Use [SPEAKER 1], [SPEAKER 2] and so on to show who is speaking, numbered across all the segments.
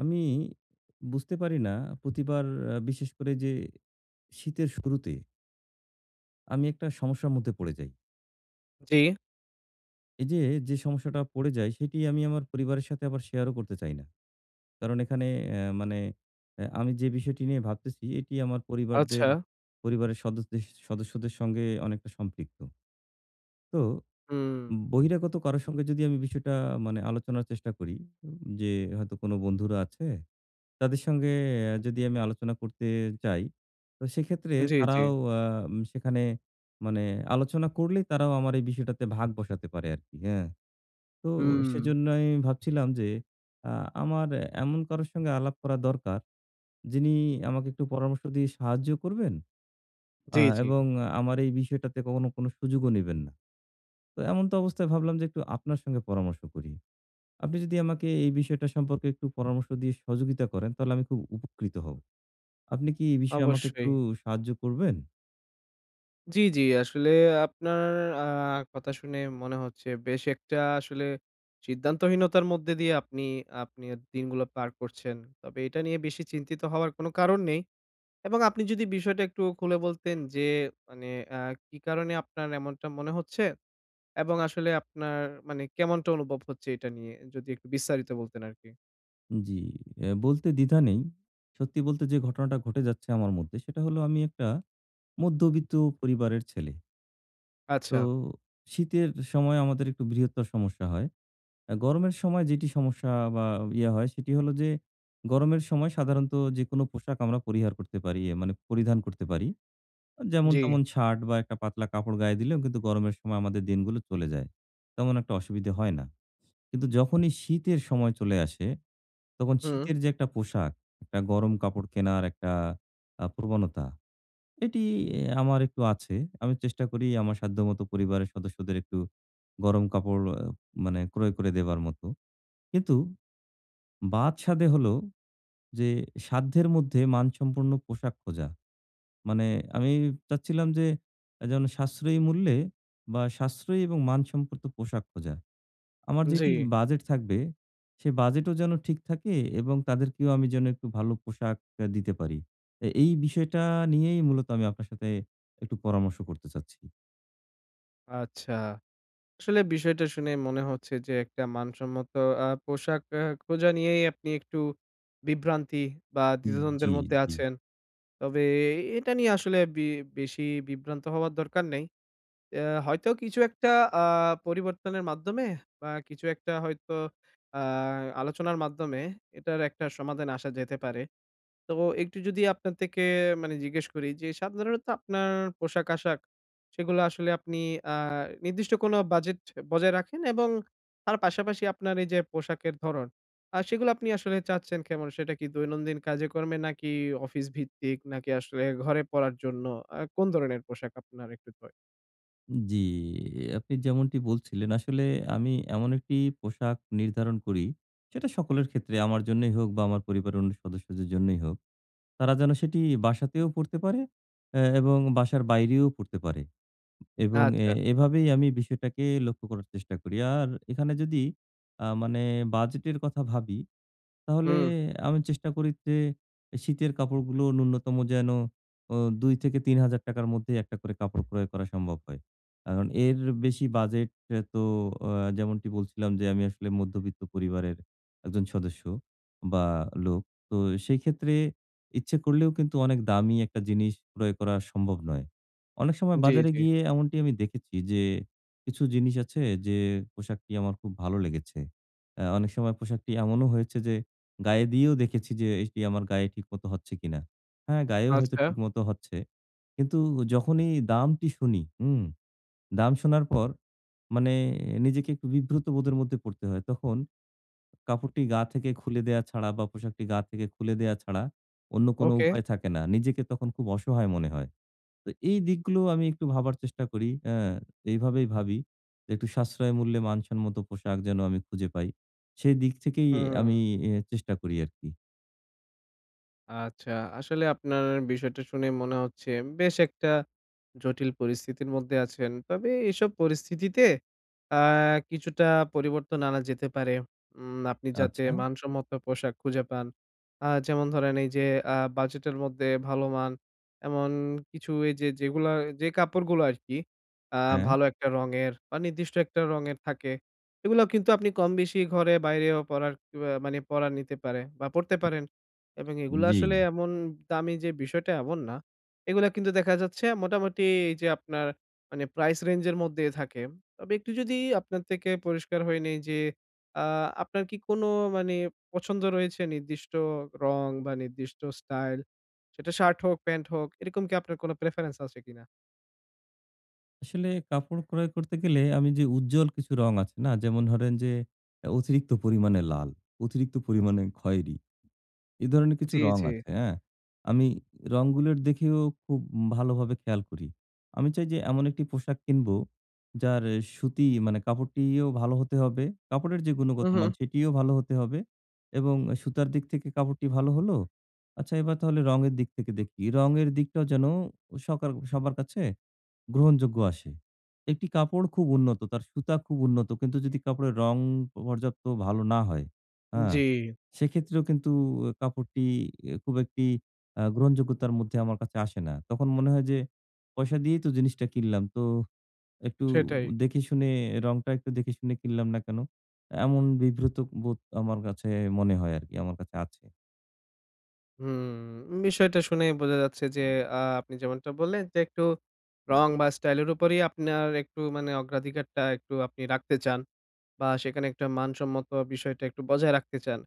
[SPEAKER 1] আমি বুঝতে পারি না প্রতিবার বিশেষ করে যে শীতের শুরুতে আমি একটা সমস্যার মধ্যে পড়ে যাই।
[SPEAKER 2] জি,
[SPEAKER 1] এই যে, যে সমস্যাটা পড়ে যাই সেটি আমি আমার পরিবারের সাথে আবার শেয়ারও করতে চাই না। কারণ এখানে মানে আমি যে বিষয়টি নিয়ে ভাবতেছি এটি আমার
[SPEAKER 2] আচ্ছা।
[SPEAKER 1] পরিবারের সদস্যদের সদস্যদের সঙ্গে অনেকটা সম্পৃক্ত। তো
[SPEAKER 2] হুম।
[SPEAKER 1] বহিরাগত কারো সঙ্গে যদি আমি বিষয়টা মানে আলোচনার চেষ্টা করি, যে হয়তো কোনো বন্ধুরা আছে তাদের সঙ্গে যদি আমি আলোচনা করতে চাই, তো সেক্ষেত্রে
[SPEAKER 2] জি, জি।
[SPEAKER 1] তারাও আ উম সেখানে মানে আলোচনা করলেই তারাও আমার এই বিষয়টাতে ভাগ বসাতে পারে আরকি, হ্যাঁ। তো
[SPEAKER 2] হুম।
[SPEAKER 1] সেজন্যই ভাবছিলাম যে আ আমার এমন কারো সঙ্গে আলাপ করা দরকার, যিনি আমাকে একটু পরামর্শ দিয়ে সাহায্য করবেন
[SPEAKER 2] জি, জি।
[SPEAKER 1] এবং আমার এই বিষয়টাতে কখনো কোনো সুযোগও নিবেন না। তো এমন তো অবস্থায় ভাবলাম যে একটু আপনার সঙ্গে পরামর্শ করি। আপনি যদি আমাকে এই বিষয়টা সম্পর্কে একটু পরামর্শ দিয়ে সহযোগিতা করেন, তাহলে আমি খুব উপকৃত হব। আপনি কি এই বিষয়ে আমাকে
[SPEAKER 2] অবশ্যই।
[SPEAKER 1] একটু সাহায্য করবেন?
[SPEAKER 2] জি, জি। আসলে আপনার আ কথা শুনে মনে হচ্ছে বেশ একটা আসলে সিদ্ধান্তহীনতার মধ্যে দিয়ে আপনি আপনির দিনগুলো পার করছেন। তবে এটা নিয়ে বেশি চিন্তিত হওয়ার কোনো কারণ নেই। এবং আপনি যদি বিষয়টা একটু খুলে বলতেন যে মানে আ কি কারণে আপনার এমনটা মনে হচ্ছে? এবং আসলে আপনার মানে কেমনটা অনুভব হচ্ছে এটা নিয়ে? যদি একটু বিস্তারিত বলতেন আরকি।
[SPEAKER 1] জি, এ বলতে দ্বিধা নেই। সত্যি বলতে যে ঘটনাটা ঘটে যাচ্ছে আমার মধ্যে সেটা হলো আমি একটা মধ্যবিত্ত পরিবারের ছেলে। তো
[SPEAKER 2] আচ্ছা।
[SPEAKER 1] শীতের সময় আমাদের একটু বৃহত্তর সমস্যা হয়। গরমের সময় যেটি সমস্যা বা ইয়ে হয় সেটি হলো যে গরমের সময় সাধারণত যেকোনো পোশাক আমরা পরিহার করতে পারি, মানে পরিধান করতে পারি। যেমন
[SPEAKER 2] জি।
[SPEAKER 1] তেমন শার্ট বা একটা পাতলা কাপড় গায়ে দিলেও কিন্তু গরমের সময় আমাদের দিনগুলো চলে যায়। তেমন একটা অসুবিধে হয় না। কিন্তু যখনই শীতের সময় চলে আসে, তখন
[SPEAKER 2] হুম।
[SPEAKER 1] শীতের যে একটা পোশাক, একটা গরম কাপড় কেনার একটা প্রবণতা, এটি আমার একটু আছে। আমি চেষ্টা করি আমার সাধ্যমতো পরিবারের সদস্যদের একটু গরম কাপড় মানে ক্রয় করে দেবার মতো। কিন্তু বাদসাধে হলো যে সাধ্যের মধ্যে মানসম্পন্ন পোশাক খোঁজা। মানে আমি চাচ্ছিলাম যে যেন সাশ্রয়ী মূল্যে বা সাশ্রয়ী এবং মানসম্পন্ন পোশাক খোঁজা। আমার
[SPEAKER 2] জি।
[SPEAKER 1] যেটি বাজেট থাকবে, সে বাজেটও যেন ঠিক থাকে এবং তাদেরকেও আমি যেন একটু ভালো পোশাক দিতে পারি। এই বিষয়টা নিয়েই মূলত আমি আপনার সাথে একটু পরামর্শ করতে চাচ্ছি।
[SPEAKER 2] আচ্ছা। আসলে বিষয়টা শুনে মনে হচ্ছে যে একটা মানসম্মত পোশাক খোঁজা নিয়েই আপনি একটু বিভ্রান্তি বা
[SPEAKER 1] জি,
[SPEAKER 2] দ্বিধাদ্বন্দ্বের মধ্যে
[SPEAKER 1] জি,
[SPEAKER 2] আছেন। তবে এটা নিয়ে আসলে বেশি বিভ্রান্ত হওয়ার দরকার নেই। হয়তো কিছু একটা আ পরিবর্তনের মাধ্যমে বা কিছু একটা হয়তো আ আলোচনার মাধ্যমে এটার একটা সমাধানে আসা যেতে পারে। তো একটু যদি আপনার থেকে মানে জিজ্ঞেস করি যে সাধারণত আপনার পোশাক-আশাক সেগুলো আসলে আপনি আ নির্দিষ্ট কোনো বাজেট বজায় রাখেন এবং তার পাশাপাশি আপনার এই যে পোশাকের ধরন, সেগুলো আপনি আসলে চাচ্ছেন কেমন? সেটা কি দৈনন্দিন কাজে-কর্মে নাকি অফিস ভিত্তিক নাকি আসলে ঘরে পড়ার জন্য? কোন ধরনের পোশাক আপনার একটু
[SPEAKER 1] জি। আপনি যেমনটি বলছিলেন আসলে আমি এমন একটি পোশাক নির্ধারণ করি, সেটা সকলের ক্ষেত্রে আমার জন্যই হোক বা আমার পরিবারের অন্য সদস্যদের জন্যই হোক। তারা যেন সেটি বাসাতেও পড়তে পারে এবং বাসার বাইরেও পড়তে পারে। এবং
[SPEAKER 2] আচ্ছা।
[SPEAKER 1] এভাবেই আমি বিষয়টাকে লক্ষ্য করার চেষ্টা করি। আর এখানে যদি মানে বাজেটের কথা ভাবি তাহলে
[SPEAKER 2] হুম।
[SPEAKER 1] আমি চেষ্টা করি যে শীতের কাপড়গুলো ন্যূনতম যেন অ ৳২,০০০-৩,০০০ র মধ্যেই একটা করে কাপড় ক্রয় করা সম্ভব হয়। কারণ এর বেশি বাজেট এ তো আ যেমনটি বলছিলাম যে আমি আসলে মধ্যবিত্ত পরিবারের একজন সদস্য বা লোক। তো সেই ক্ষেত্রে ইচ্ছে করলেও কিন্তু অনেক দামি একটা জিনিস ক্রয় করা সম্ভব নয়। অনেক সময়
[SPEAKER 2] জি,
[SPEAKER 1] বাজারে
[SPEAKER 2] জি।
[SPEAKER 1] গিয়ে এমনটি আমি দেখেছি যে কিছু জিনিস আছে যে পোশাকটি আমার খুব ভালো লেগেছে। অনেক সময় পোশাকটি এমনও হয়েছে যে গায়ে দিয়েও দেখেছি যে এটি আমার গায়ে ঠিকমতো হচ্ছে কিনা। হ্যাঁ, গায়েও হয়তো
[SPEAKER 2] আচ্ছা।
[SPEAKER 1] ঠিকমতো হচ্ছে। কিন্তু যখনই দামটি শুনি, হুম? দাম শোনার পর মানে নিজেকে একটু বিব্রত বোধের মধ্যে পড়তে হয়। তখন কাপড়টি গা থেকে খুলে দেয়া ছাড়া বা পোশাকটি গা থেকে খুলে দেয়া ছাড়া অন্য কোনো
[SPEAKER 2] ওকে।
[SPEAKER 1] উপায় থাকে না। নিজেকে তখন খুব অসহায় মনে হয়। তো এই দিকগুলো আমি একটু ভাবার চেষ্টা করি। হ্যাঁ, এইভাবেই ভাবি যে একটু সাশ্রয় মূল্যে মানসম্মত পোশাক যেন আমি খুঁজে পাই। সেই দিক থেকেই
[SPEAKER 2] হুম।
[SPEAKER 1] আমি চেষ্টা করি আরকি।
[SPEAKER 2] আচ্ছা। আসলে আপনার বিষয়টা শুনে মনে হচ্ছে বেশ একটা জটিল পরিস্থিতির মধ্যে আছেন। তবে এসব পরিস্থিতিতে আ কিছুটা পরিবর্তন আনা যেতে পারে। আপনি যাতে
[SPEAKER 1] আচ্ছা,
[SPEAKER 2] মানসম্মত পোশাক খুঁজে পান। যেমন ধরেন এই যে বাজেটের মধ্যে ভালো মান এমন কিছু এই যে যেগুলা যে কাপড়গুলো আরকি আ
[SPEAKER 1] হ্যাঁ,
[SPEAKER 2] ভালো একটা রঙের বা নির্দিষ্ট একটা রঙের থাকে। এগুলো কিন্তু আপনি কম বেশি ঘরে বাইরেও পরার মানে পরা নিতে পারে বা পড়তে পারেন। এবং এগুলো
[SPEAKER 1] জি।
[SPEAKER 2] আসলে এমন দামি যে বিষয়টা এমন না। এগুলা কিন্তু দেখা যাচ্ছে মোটামুটি এই যে আপনার মানে প্রাইস রেঞ্জ এর মধ্যে থাকে। তবে একটু যদি আপনার থেকে পরিষ্কার হয়ে নেই যে আ আপনার কি কোনো মানে পছন্দ রয়েছে নির্দিষ্ট রং বা নির্দিষ্ট স্টাইল? সেটা শার্ট হোক, প্যান্ট হোক এরকম কি আপনার কোনো প্রেফারেন্স আছে কিনা?
[SPEAKER 1] আসলে কাপড় ক্রয় করতে গেলে আমি যে উজ্জ্বল কিছু রং আছে না? যেমন ধরেন যে অতিরিক্ত পরিমাণে লাল, অতিরিক্ত পরিমাণে খয়েরি। এ ধরনের কিছু
[SPEAKER 2] জি,
[SPEAKER 1] রং
[SPEAKER 2] জি।
[SPEAKER 1] আছে, হ্যাঁ? আমি রংগুলোর দেখেও খুব ভালোভাবে খেয়াল করি। আমি চাই যে এমন একটি পোশাক কিনবো যার সুতি মানে কাপড়টিও ভালো হতে হবে। কাপড়ের যে
[SPEAKER 2] হু,
[SPEAKER 1] গুণগত
[SPEAKER 2] হু।
[SPEAKER 1] মান সেটিও ভালো হতে হবে এবং সুতার দিক থেকে কাপড়টি ভালো হলো। আচ্ছা এবার তাহলে রঙের দিক থেকে দেখি। রঙের দিকটাও যেন সবার কাছে গ্রহণযোগ্য আসে। একটি কাপড় খুব উন্নত, তার সুতা খুব উন্নত। কিন্তু যদি কাপড়ের রং পর্যাপ্ত ভালো না হয়, হ্যাঁ?
[SPEAKER 2] জি,
[SPEAKER 1] সেক্ষেত্রেও কিন্তু কাপড়টি খুব একটি গ্রহণযোগ্যতার মধ্যে আমার কাছে আসে না। তখন মনে হয় যে, পয়সা দিয়েই তো জিনিসটা কিনলাম। তো একটু
[SPEAKER 2] সেটাই।
[SPEAKER 1] দেখে শুনে রংটা একটু দেখে শুনে কিনলাম না কেন? এমন বিব্রত বোধ আমার কাছে মনে হয় আরকি, আমার কাছে আছে।
[SPEAKER 2] হুম, বিষয়টা শুনে বোঝা যাচ্ছে যে আপনি যেমনটা বললেন যে একটু রং বা স্টাইল এর উপরেই আপনার একটু মানে অগ্রাধিকারটা একটু আপনি রাখতে চান। বা সেখানে একটা মানসম্মত বিষয়টা একটু বজায় রাখতে চান।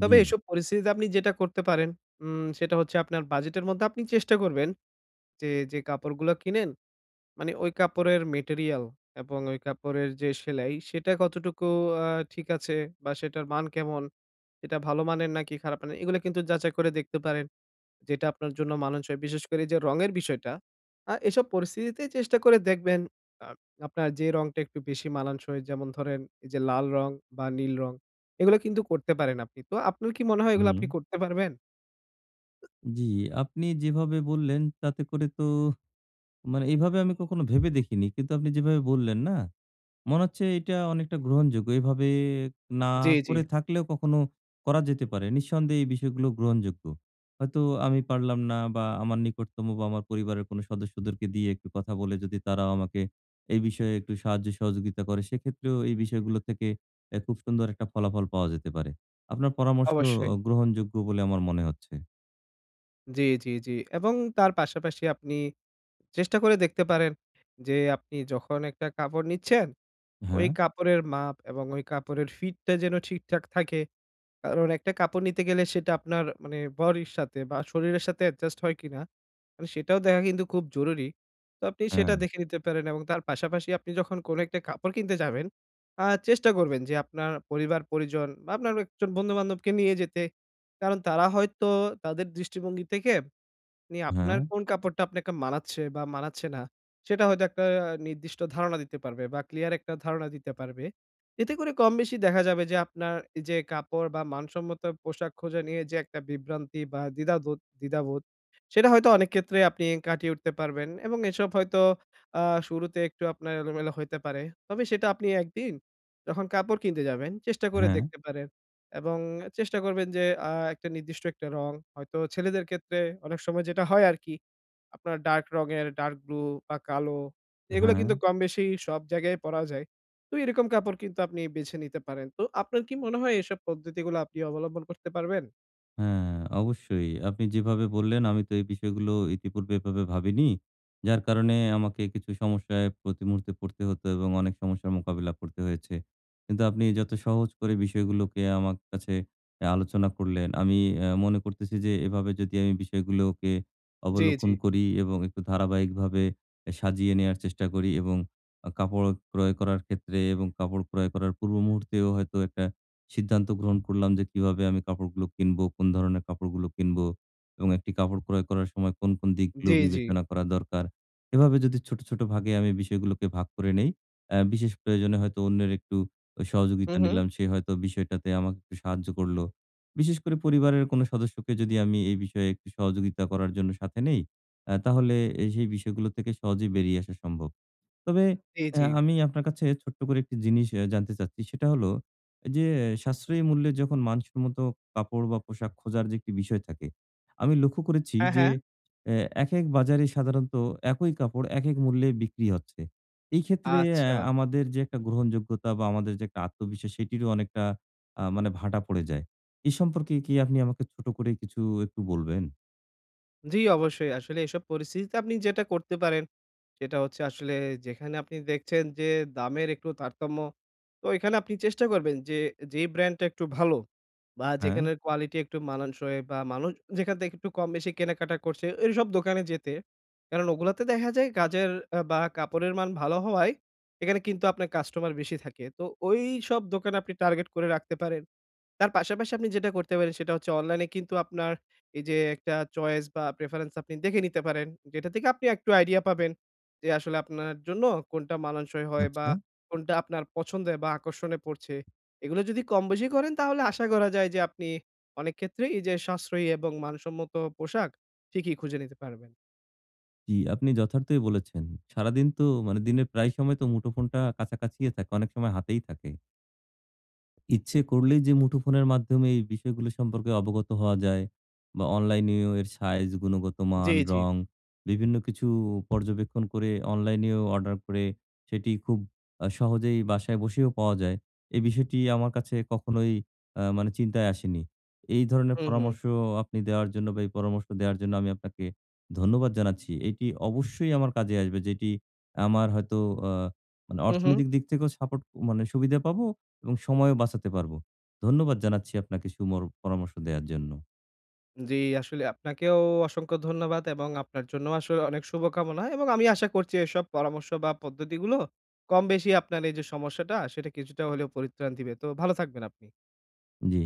[SPEAKER 2] তবে
[SPEAKER 1] জি,
[SPEAKER 2] এসব পরিস্থিতিতে আপনি যেটা করতে পারেন, সেটা হচ্ছে আপনার বাজেটের মধ্যে আপনি চেষ্টা করবেন যে, যে কাপড়গুলো কিনেন, মানে ওই কাপড়ের মেটেরিয়াল এবং ওই কাপড়ের যে সেলাই, সেটা কতটুকু আ ঠিক আছে বা সেটার মান কেমন? এটা ভালো মানের নাকি খারাপ মানের? এগুলো কিন্তু যাচাই করে দেখতে পারেন। যেটা আপনার জন্য মানানসই। বিশেষ করে যে রঙের বিষয়টা, এসব পরিস্থিতিতে চেষ্টা করে দেখবেন আ আপনার যে রংটা একটু বেশি মানানসই যেমন ধরেন এই যে লাল রং বা নীল রং এগুলো কিন্তু করতে পারেন আপনি। তো আপনার কি মনে হয় এগুলো
[SPEAKER 1] হুম।
[SPEAKER 2] আপনি করতে পারবেন?
[SPEAKER 1] জি, আপনি যেভাবে বললেন তাতে করে তো মানে এভাবে আমি কখনো ভেবে দেখিনি। কিন্তু আপনি যেভাবে বললেন না? মনে হচ্ছে এটা অনেকটা গ্রহণযোগ্য। এভাবে না
[SPEAKER 2] জি, জি,
[SPEAKER 1] করে থাকলেও কখনো করা যেতে পারে। নিঃসন্দেহে এই বিষয়গুলো গ্রহণযোগ্য। হয়তো আমি পারলাম না বা আমার নিকটতম বা আমার পরিবারের কোনো সদস্যদেরকে দিয়ে একটু কথা বলে যদি তারাও আমাকে এই বিষয়ে একটু সাহায্য সহযোগিতা করে সেক্ষেত্রেও এই বিষয়গুলো থেকে খুব সুন্দর একটা ফলাফল পাওয়া যেতে পারে। আপনার পরামর্শ
[SPEAKER 2] অবশ্যই।
[SPEAKER 1] গ্রহণযোগ্য বলে আমার মনে হচ্ছে।
[SPEAKER 2] জি, জি, জি এবং তার পাশাপাশি আপনি চেষ্টা করে দেখতে পারেন যে আপনি যখন একটা কাপড় নিচ্ছেন, ওই
[SPEAKER 1] হ্যাঁ,
[SPEAKER 2] কাপড়ের মাপ এবং ওই কাপড়ের ফিটটা যেন ঠিকঠাক থাকে। কারণ একটা কাপড় নিতে গেলে সেটা আপনার মানে বডির সাথে বা শরীরের সাথে অ্যাডজাস্ট হয় কিনা মানে সেটাও দেখা কিন্তু খুব জরুরি। তো আপনি সেটা
[SPEAKER 1] হ্যাঁ,
[SPEAKER 2] দেখে নিতে পারেন এবং তার পাশাপাশি আপনি যখন কোনো একটা কাপড় কিনতে যাবেন, চেষ্টা করবেন যে আপনার পরিবার-পরিজন বা আপনার একজন বন্ধু-বান্ধবকে নিয়ে যেতে। কারণ তারা হয়তো তাদের দৃষ্টিভঙ্গি থেকে নিয়ে
[SPEAKER 1] হ্যাঁ,
[SPEAKER 2] আপনার কোন কাপড়টা আপনাকে মানাচ্ছে বা মানাচ্ছে না, সেটা হয়তো একটা নির্দিষ্ট ধারণা দিতে পারবে বা ক্লিয়ার একটা ধারণা দিতে পারবে। এতে করে কমবেশি দেখা যাবে যে আপনার এই যে কাপড় বা মানসম্মত পোশাক খোঁজা নিয়ে যে একটা বিভ্রান্তি বা দ্বিধাবোধ, সেটা হয়তো অনেক ক্ষেত্রে আপনি কাটিয়ে উঠতে পারবেন এবং এসব হয়তো আ শুরুতে একটু আপনার এলোমেলো হইতে পারে। তবে সেটা আপনি একদিন যখন কাপড় কিনতে যাবেন চেষ্টা করে
[SPEAKER 1] হ্যাঁ,
[SPEAKER 2] দেখতে পারেন। এবং চেষ্টা করবেন যে একটা নির্দিষ্ট একটা রং। হয়তো ছেলেদের ক্ষেত্রে অনেক সময় যেটা হয় আরকি, আপনার ডার্ক রঙের ডার্ক ব্লু বা কালো এগুলো
[SPEAKER 1] হ্যাঁ।
[SPEAKER 2] কিন্তু কম বেশি সব জায়গায় পরা যায়। তো এরকম কাপড় কিন্তু আপনি বেছে নিতে পারেন। তো আপনার কি মনে হয় এসব পদ্ধতিগুলো আপনি অবলম্বন করতে পারবেন?
[SPEAKER 1] হ্যাঁ, অবশ্যই। আপনি যেভাবে বললেন আমি তো এই বিষয়গুলো ইতিপূর্বে এভাবে ভাবিনি। যার কারণে আমাকে কিছু সমস্যায় প্রতি মুহূর্তে পড়তে হতো এবং অনেক সমস্যার মোকাবিলা করতে হয়েছে। কিন্তু আপনি যত সহজ করে বিষয়গুলোকে আমার কাছে আলোচনা করলেন, আমি মনে করতেছি যে এভাবে যদি আমি বিষয়গুলোকে
[SPEAKER 2] জি,
[SPEAKER 1] অবলোকন
[SPEAKER 2] জি।
[SPEAKER 1] করি এবং একটু ধারাবাহিকভাবে সাজিয়ে নেয়ার চেষ্টা করি এবং কাপড় ক্রয় করার ক্ষেত্রে এবং কাপড় ক্রয় করার পূর্ব মুহূর্তেও হয়তো একটা সিদ্ধান্ত গ্রহণ করলাম যে কিভাবে আমি কাপড়গুলো কিনবো, কোন ধরনের কাপড়গুলো কিনবো এবং একটি কাপড় ক্রয় করার সময় কোন, কোন দিকগুলো
[SPEAKER 2] জি, জি।
[SPEAKER 1] বিবেচনা করা দরকার। এভাবে যদি ছোট, ছোট ভাগে আমি বিষয়গুলোকে ভাগ করে নেই, বিশেষ প্রয়োজনে হয়তো অন্যের একটু
[SPEAKER 2] হু,
[SPEAKER 1] সহযোগিতা
[SPEAKER 2] হু।
[SPEAKER 1] নিলাম। সে হয়তো বিষয়টাতে আমাকে একটু সাহায্য করলো। বিশেষ করে পরিবারের কোনো সদস্যকে যদি আমি এই বিষয়ে একটু সহযোগিতা করার জন্য সাথে নেই, তাহলে সেই বিষয়গুলো থেকে সহজেই বেরিয়ে আসা সম্ভব। তবে
[SPEAKER 2] জি, জি।
[SPEAKER 1] আমি আপনার কাছে ছোট্ট করে একটি জিনিস জানতে চাচ্ছি। সেটা হলো যে সাশ্রয়ী মূল্যে যখন মানসম্মত কাপড় বা পোশাক খোঁজার যে একটি বিষয় থাকে, আমি লক্ষ্য করেছি
[SPEAKER 2] হ্যাঁ,
[SPEAKER 1] যে
[SPEAKER 2] হ্যাঁ।
[SPEAKER 1] অ্যা একেক বাজারে সাধারণত একই কাপড় একেক মূল্যে বিক্রি হচ্ছে। এই ক্ষেত্রে
[SPEAKER 2] আচ্ছা।
[SPEAKER 1] আমাদের যে একটা গ্রহণযোগ্যতা বা আমাদের যে একটা আত্মবিশ্বাস সেটিরও অনেকটা মানে ভাটা পড়ে যায়। এ সম্পর্কে কি আপনি আমাকে ছোট করে কিছু একটু বলবেন?
[SPEAKER 2] জি, অবশ্যই। আসলে এসব পরিস্থিতিতে আপনি যেটা করতে পারেন সেটা হচ্ছে আসলে যেখানে আপনি দেখছেন যে দামের একটু তারতম্য, তো এখানে আপনি চেষ্টা করবেন যে যেই ব্র্যান্ডটা একটু ভালো বা
[SPEAKER 1] হ্যাঁ,
[SPEAKER 2] যেখানের কোয়ালিটি একটু মানানসই বা মানুষ যেখান থেকে একটু কম বেশি কেনাকাটা করছে এইসব দোকানে যেতে। কারণ ওগুলাতে দেখা যায় কাজের বা কাপড়ের মান ভালো হওয়ায় এখানে কিন্তু আপনার কাস্টমার বেশি থাকে। তো ওইসব দোকানে আপনি টার্গেট করে রাখতে পারেন। তার পাশাপাশি আপনি যেটা করতে পারেন সেটা হচ্ছে অনলাইনে কিন্তু আপনার এই যে একটা চয়েস বা প্রেফারেন্স আপনি দেখে নিতে পারেন। যেটা থেকে আপনি একটু আইডিয়া পাবেন যে আসলে আপনার জন্য কোনটা মানানসই হয় বা
[SPEAKER 1] আচ্ছা।
[SPEAKER 2] কোনটা আপনার পছন্দে বা আকর্ষণে পড়ছে। এগুলো যদি কম বেশি করেন তাহলে আশা করা যায় যে আপনি অনেক ক্ষেত্রেই এই যে সাশ্রয়ী এবং মানসম্মত পোশাক ঠিকই খুঁজে নিতে পারবেন।
[SPEAKER 1] জি, আপনি যথার্থই বলেছেন। সারাদিন তো মানে দিনের প্রায় সময় তো মুঠোফোনটা কাছাকাছিই থাকে। অনেক সময় হাতেই থাকে। ইচ্ছে করলেই যে মুঠোফোনের মাধ্যমে এই বিষয়গুলো সম্পর্কে অবগত হওয়া যায় বা অনলাইনেও এর সাইজ, গুণগত
[SPEAKER 2] জি,
[SPEAKER 1] মান,
[SPEAKER 2] জি।
[SPEAKER 1] রং বিভিন্ন কিছু পর্যবেক্ষণ করে অনলাইনেও অর্ডার করে সেটি খুব সহজেই বাসায় বসেও পাওয়া যায়। এই বিষয়টি আমার কাছে কখনোই মানে চিন্তায় আসেনি। এই ধরনের
[SPEAKER 2] হুম, হুম।
[SPEAKER 1] পরামর্শ আপনি দেওয়ার জন্য বা এই পরামর্শ দেওয়ার জন্য আমি আপনাকে ধন্যবাদ জানাচ্ছি। এটি অবশ্যই আমার কাজে আসবে যেটি আমার হয়তো আ মানে
[SPEAKER 2] হু, হু।
[SPEAKER 1] অর্থনৈতিক দিক থেকেও সাপোর্ট মানে সুবিধা পাবো এবং সময়ও বাঁচাতে পারবো। ধন্যবাদ জানাচ্ছি আপনাকে সুমর পরামর্শ দেওয়ার জন্য।
[SPEAKER 2] জি, আসলে আপনাকেও অসংখ্য ধন্যবাদ এবং আপনার জন্য আসলে অনেক শুভকামনা এবং আমি আশা করছি এসব পরামর্শ বা পদ্ধতিগুলো কম বেশি আপনার এই যে সমস্যাটা সেটা কিছুটা হলেও পরিত্রাণ দিবে। তো ভালো থাকবেন আপনি।
[SPEAKER 1] জি।